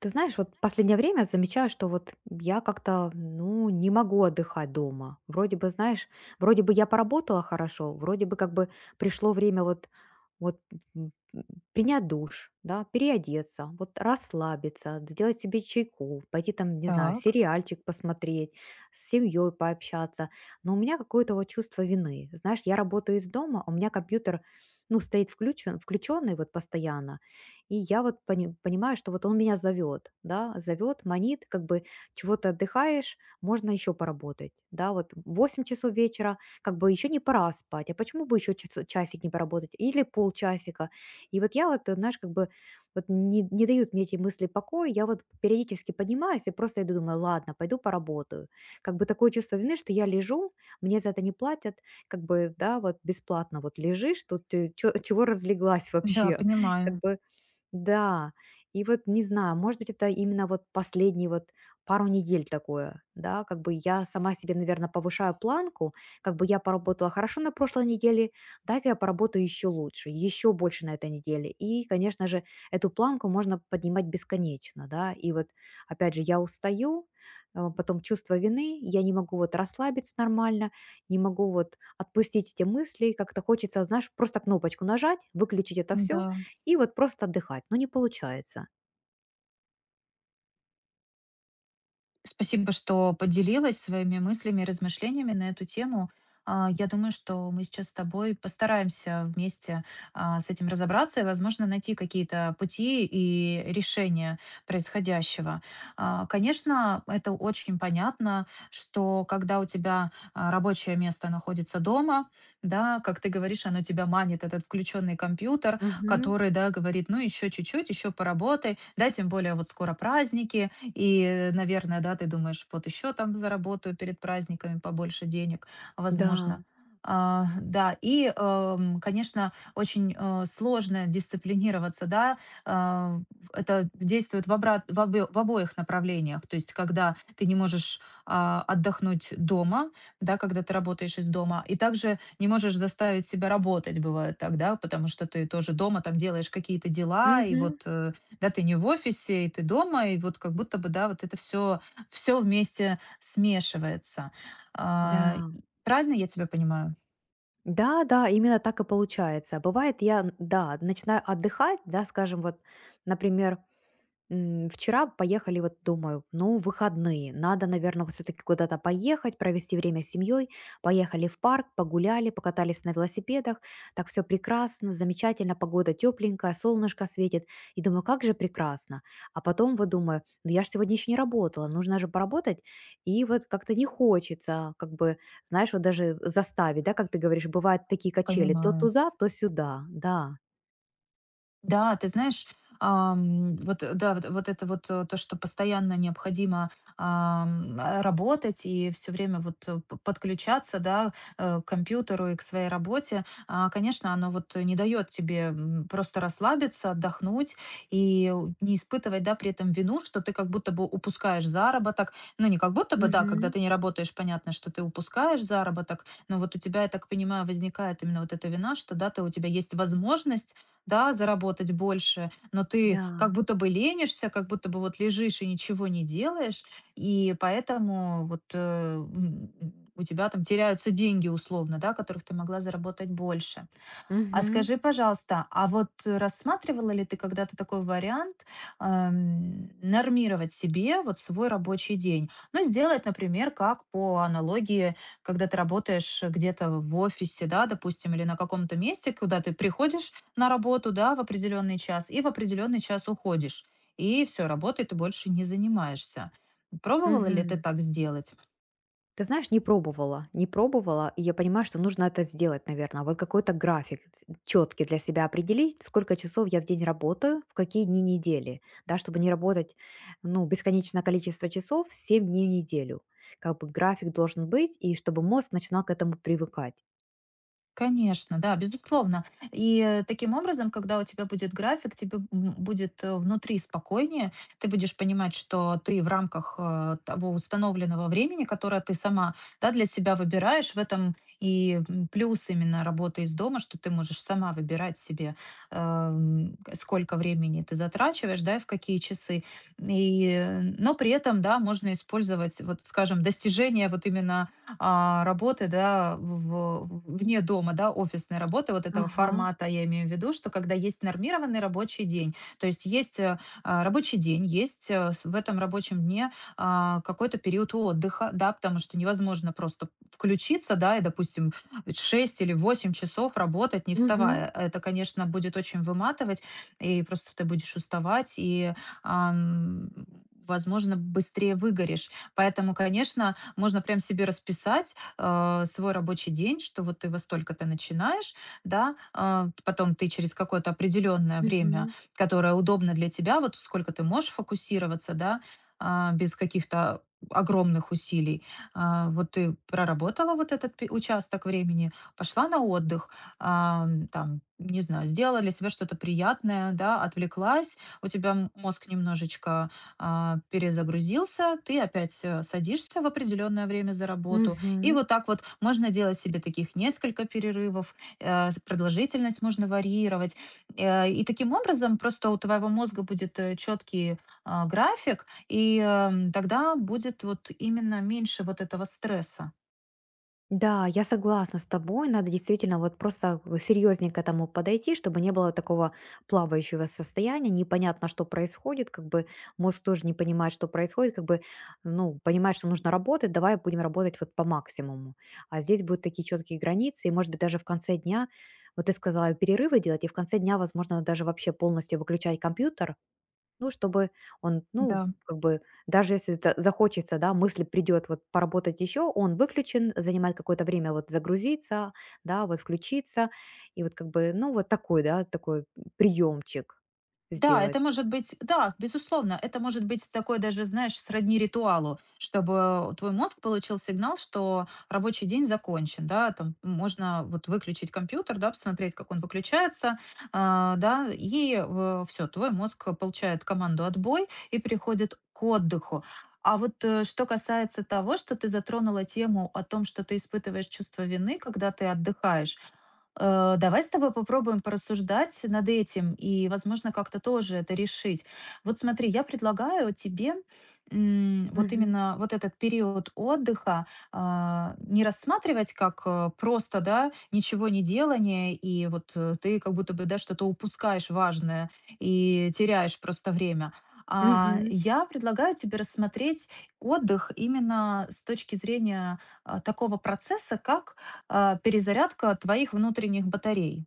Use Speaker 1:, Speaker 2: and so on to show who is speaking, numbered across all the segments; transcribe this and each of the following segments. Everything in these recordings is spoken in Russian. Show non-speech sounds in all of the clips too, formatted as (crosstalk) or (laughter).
Speaker 1: Ты знаешь, вот последнее время замечаю, что вот я как-то, ну, не могу отдыхать дома. Вроде бы, знаешь, вроде бы я поработала хорошо, вроде бы как бы пришло время вот м, м, принять душ, да, переодеться, вот расслабиться, сделать себе чайку, пойти там, не знаю,
Speaker 2: Так,
Speaker 1: сериальчик посмотреть, с семьей пообщаться. Но у меня какое-то вот чувство вины. Знаешь, я работаю из дома, у меня компьютер, ну, стоит включен, включенный вот постоянно, и я вот понимаю, что вот он меня зовет, да, зовет, манит, как бы чего то отдыхаешь, можно еще поработать, да, вот 8 часов вечера, как бы еще не пора спать, а почему бы еще часик не поработать или полчасика. И вот я вот, знаешь, как бы вот не дают мне эти мысли покоя, я вот периодически поднимаюсь и просто иду, думаю, ладно, пойду поработаю. Как бы такое чувство вины, что я лежу, мне за это не платят, как бы, да, вот бесплатно вот лежишь, тут ты чего разлеглась
Speaker 2: да,
Speaker 1: вообще, (laughs) как
Speaker 2: понимаю.
Speaker 1: бы да, и вот не знаю, может быть, это именно вот последние вот пару недель такое, да, как бы я сама себе, наверное, повышаю планку, как бы я поработала хорошо на прошлой неделе, дай-ка я поработаю еще лучше, еще больше на этой неделе. И, конечно же, эту планку можно поднимать бесконечно, да, и вот, опять же, я устаю, а потом чувство вины, я не могу вот расслабиться нормально, не могу вот отпустить эти мысли, как-то хочется, знаешь, просто кнопочку нажать, выключить это все,
Speaker 2: Да.
Speaker 1: и вот просто отдыхать, но не получается.
Speaker 2: Спасибо, что поделилась своими мыслями и размышлениями на эту тему. Я думаю, что мы сейчас с тобой постараемся вместе с этим разобраться и, возможно, найти какие-то пути и решения происходящего. Конечно, это очень понятно, что когда у тебя рабочее место находится дома, да, как ты говоришь, оно тебя манит, этот включенный компьютер,
Speaker 1: Мгм.
Speaker 2: который, да, говорит, ну, еще чуть-чуть, еще поработай, да, тем более вот скоро праздники, и, наверное, да, ты думаешь, вот еще там заработаю перед праздниками побольше денег,
Speaker 1: Да.
Speaker 2: возможно. Да, и, конечно, очень сложно дисциплинироваться, да, это действует в, обрат- в, обе- в обоих направлениях, то есть когда ты не можешь отдохнуть дома, да, когда ты работаешь из дома, и также не можешь заставить себя работать, бывает так, да, потому что ты тоже дома там делаешь какие-то дела, и
Speaker 1: Мгм.
Speaker 2: вот да, ты не в офисе, и ты дома, и вот как будто бы, да, вот это все вместе смешивается. А,
Speaker 1: Да.
Speaker 2: Правильно я тебя понимаю?
Speaker 1: Да, да, именно так и получается. Бывает, я, да, начинаю отдыхать, да, скажем, вот, например, вчера поехали, вот думаю, ну, выходные, надо, наверное, все-таки куда-то поехать, провести время с семьей. Поехали в парк, погуляли, покатались на велосипедах. Так все прекрасно, замечательно, погода тепленькая, солнышко светит. И думаю, как же прекрасно. А потом вот думаю, ну, я же сегодня еще не работала, нужно же поработать. И вот как-то не хочется, как бы, знаешь, вот даже заставить, да, как ты говоришь, бывают такие качели, то
Speaker 2: Понимаю.
Speaker 1: туда, то сюда, да.
Speaker 2: Да, ты знаешь, вот, да, вот это вот то, что постоянно необходимо работать и все время вот подключаться, да, к компьютеру и к своей работе, конечно, оно вот не дает тебе просто расслабиться, отдохнуть и не испытывать, да, при этом вину, что ты как будто бы упускаешь заработок. Ну, не как будто бы, да, когда
Speaker 1: Мгм.
Speaker 2: ты не работаешь, понятно, что ты упускаешь заработок, но вот у тебя, я так понимаю, возникает именно вот эта вина, что, да, ты, у тебя есть возможность да, заработать больше, но ты как
Speaker 1: Да.
Speaker 2: будто бы ленишься, как будто бы вот лежишь и ничего не делаешь, и поэтому вот у тебя там теряются деньги условно, да, которых ты могла заработать больше. А
Speaker 1: Угу.
Speaker 2: скажи, пожалуйста, а вот рассматривала ли ты когда-то такой вариант нормировать себе вот свой рабочий день? Ну, сделать, например, как по аналогии, когда ты работаешь где-то в офисе, да, допустим, или на каком-то месте, куда ты приходишь на работу, да, в определенный час и в определенный час уходишь. И все, работой ты больше не занимаешься. Пробовала ли ты
Speaker 1: Угу.
Speaker 2: так сделать?
Speaker 1: Ты знаешь, не пробовала, не пробовала, и я понимаю, что нужно это сделать, наверное. Вот какой-то график четкий для себя определить, сколько часов я в день работаю, в какие дни недели, да, чтобы не работать, ну, бесконечное количество часов 7 дней в неделю. Как бы график должен быть, и чтобы мозг начинал к этому привыкать.
Speaker 2: Конечно, да, безусловно. И таким образом, когда у тебя будет график, тебе будет внутри спокойнее, ты будешь понимать, что ты в рамках того установленного времени, которое ты сама да, для себя выбираешь, в этом и плюс именно работы из дома, что ты можешь сама выбирать себе, сколько времени ты затрачиваешь, да, и в какие часы. И, но при этом, да, можно использовать, вот, скажем, достижения вот именно работы, да, вне дома, да, офисной работы, вот этого
Speaker 1: Ага.
Speaker 2: формата я имею в виду, что когда есть нормированный рабочий день, то есть есть рабочий день, есть в этом рабочем дне какой-то период отдыха, да, потому что невозможно просто включиться, да, и, допустим, 6 или 8 часов работать, не
Speaker 1: Угу.
Speaker 2: вставая. Это, конечно, будет очень выматывать, и просто ты будешь уставать, и ам, возможно, быстрее выгоришь. Поэтому, конечно, можно прям себе расписать, свой рабочий день, что вот ты во столько-то начинаешь, да, потом ты через какое-то определенное время,
Speaker 1: Угу.
Speaker 2: которое удобно для тебя, вот сколько ты можешь фокусироваться, да, без каких-то огромных усилий. Вот ты проработала вот этот участок времени, пошла на отдых, там, не знаю, сделала для себя что-то приятное, да, отвлеклась, у тебя мозг немножечко перезагрузился, ты опять садишься в определенное время за работу. И
Speaker 1: Угу.
Speaker 2: вот так вот можно делать себе таких несколько перерывов, продолжительность можно варьировать. И таким образом просто у твоего мозга будет четкий график, и тогда будет вот именно меньше вот этого стресса.
Speaker 1: Да, я согласна с тобой. Надо действительно вот просто серьезнее к этому подойти, чтобы не было такого плавающего состояния, непонятно, что происходит, как бы мозг тоже не понимает, что происходит, как бы, ну, понимает, что нужно работать, давай будем работать вот по максимуму. А здесь будут такие четкие границы, и, может быть, даже в конце дня, вот ты сказала, перерывы делать, и в конце дня, возможно, даже вообще полностью выключать компьютер, ну, чтобы он, ну,
Speaker 2: Да.
Speaker 1: как бы, даже если за захочется, да, мысль придет вот поработать еще, он выключен, занимает какое-то время вот загрузиться, да, вот включиться. И вот как бы, ну, вот такой, да, такой приемчик
Speaker 2: Да,
Speaker 1: сделать.
Speaker 2: это может быть, да, безусловно, это может быть такое даже, знаешь, сродни ритуалу, чтобы твой мозг получил сигнал, что рабочий день закончен, да, там можно вот выключить компьютер, да, посмотреть, как он выключается, да, и все, твой мозг получает команду отбой и переходит к отдыху. А вот что касается того, что ты затронула тему о том, что ты испытываешь чувство вины, когда ты отдыхаешь. Давай с тобой попробуем порассуждать над этим и, возможно, как-то тоже это решить. Вот смотри, я предлагаю тебе вот
Speaker 1: Мгм.
Speaker 2: именно вот этот период отдыха не рассматривать как просто, да, ничего не делание, и вот ты как будто бы, да, что-то упускаешь важное и теряешь просто время. А
Speaker 1: Мгм.
Speaker 2: я предлагаю тебе рассмотреть отдых именно с точки зрения такого процесса, как перезарядка твоих внутренних батарей,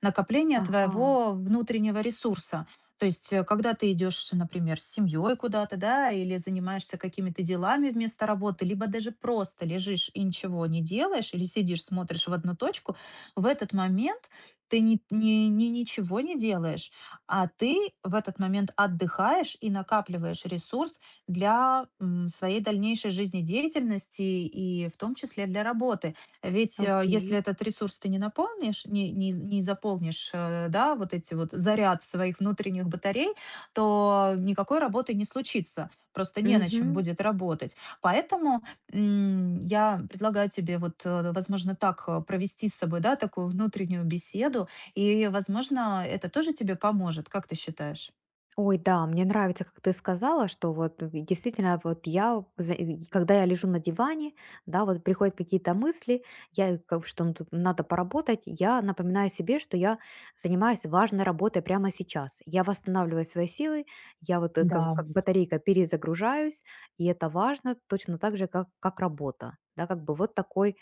Speaker 2: накопление
Speaker 1: Ага,
Speaker 2: твоего внутреннего ресурса. То есть, когда ты идешь, например, с семьей куда-то, да, или занимаешься какими-то делами вместо работы, либо даже просто лежишь и ничего не делаешь, или сидишь, смотришь в одну точку, в этот момент ты ничего не делаешь, а ты в этот момент отдыхаешь и накапливаешь ресурс для своей дальнейшей жизнедеятельности и в том числе для работы. Ведь, если
Speaker 1: окей.
Speaker 2: этот ресурс ты не наполнишь, не заполнишь, да, вот эти вот заряд своих внутренних батарей, то никакой работы не случится. Просто не на чем
Speaker 1: Мгм.
Speaker 2: будет работать. Поэтому, я предлагаю тебе вот, возможно, так, провести с собой, да, такую внутреннюю беседу. И, возможно, это тоже тебе поможет. Как ты считаешь?
Speaker 1: Ой, да, мне нравится, как ты сказала, что вот действительно вот я, и когда я лежу на диване, да, вот приходят какие-то мысли, я как бы, что ну, тут надо поработать, я напоминаю себе, что я занимаюсь важной работой прямо сейчас. Я восстанавливаю свои силы, я вот как,
Speaker 2: Да.
Speaker 1: как батарейка перезагружаюсь, и это важно точно так же, как работа. Да, как бы вот такой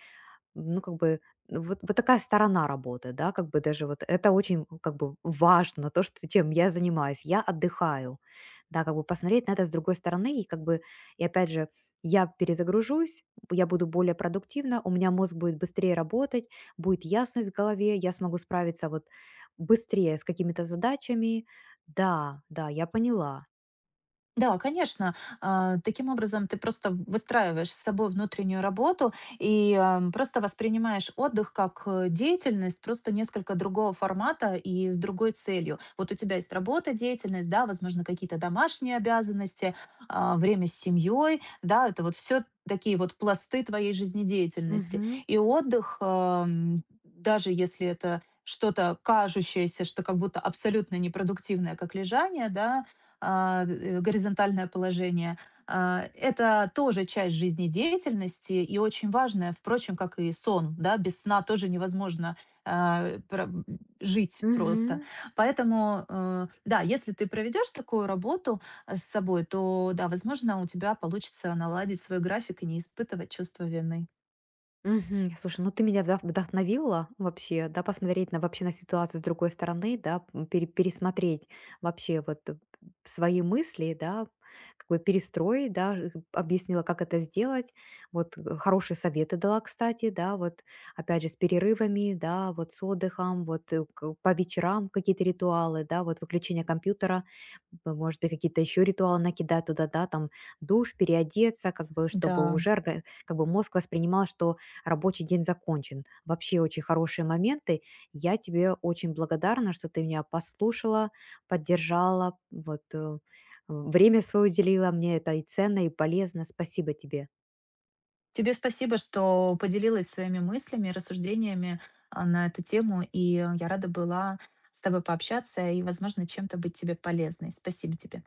Speaker 1: ну, как бы, вот такая сторона работы, да, как бы даже вот это очень, ну, как бы важно, то, что, чем я занимаюсь. Я отдыхаю, да, как бы посмотреть на это с другой стороны, и как бы, и опять же, я перезагружусь, я буду более продуктивна, у меня мозг будет быстрее работать, будет ясность в голове, я смогу справиться вот быстрее с какими-то задачами. Да, да, я поняла.
Speaker 2: Да, конечно. Таким образом, ты просто выстраиваешь с собой внутреннюю работу и просто воспринимаешь отдых как деятельность, просто несколько другого формата и с другой целью. Вот у тебя есть работа, деятельность, да, возможно, какие-то домашние обязанности, время с семьей, да, это вот все такие вот пласты твоей жизнедеятельности.
Speaker 1: Мгм.
Speaker 2: И отдых, даже если это что-то кажущееся, что как будто абсолютно непродуктивное, как лежание, да, горизонтальное положение. Это тоже часть жизнедеятельности и очень важная, впрочем, как и сон. Да? Без сна тоже невозможно а, про- жить просто.
Speaker 1: Мгм.
Speaker 2: Поэтому, да, если ты проведешь такую работу с собой, то, да, возможно, у тебя получится наладить свой график и не испытывать чувство вины.
Speaker 1: Мгм. Слушай, ну ты меня вдохновила вообще, да, посмотреть на вообще на ситуацию с другой стороны, да, пересмотреть вообще вот свои мысли, да, как бы перестроить, да, объяснила, как это сделать, вот хорошие советы дала, кстати, да, вот опять же с перерывами, да, вот с отдыхом, вот по вечерам какие-то ритуалы, да, вот выключение компьютера, может быть, какие-то еще ритуалы накидать туда, да, там душ, переодеться, как бы, чтобы
Speaker 2: Да.
Speaker 1: уже как бы мозг воспринимал, что рабочий день закончен. Вообще очень хорошие моменты. Я тебе очень благодарна, что ты меня послушала, поддержала, вот время свое уделила. Мне это и ценно, и полезно. Спасибо тебе.
Speaker 2: Тебе спасибо, что поделилась своими мыслями, рассуждениями на эту тему, и я рада была с тобой пообщаться и, возможно, чем-то быть тебе полезной. Спасибо тебе.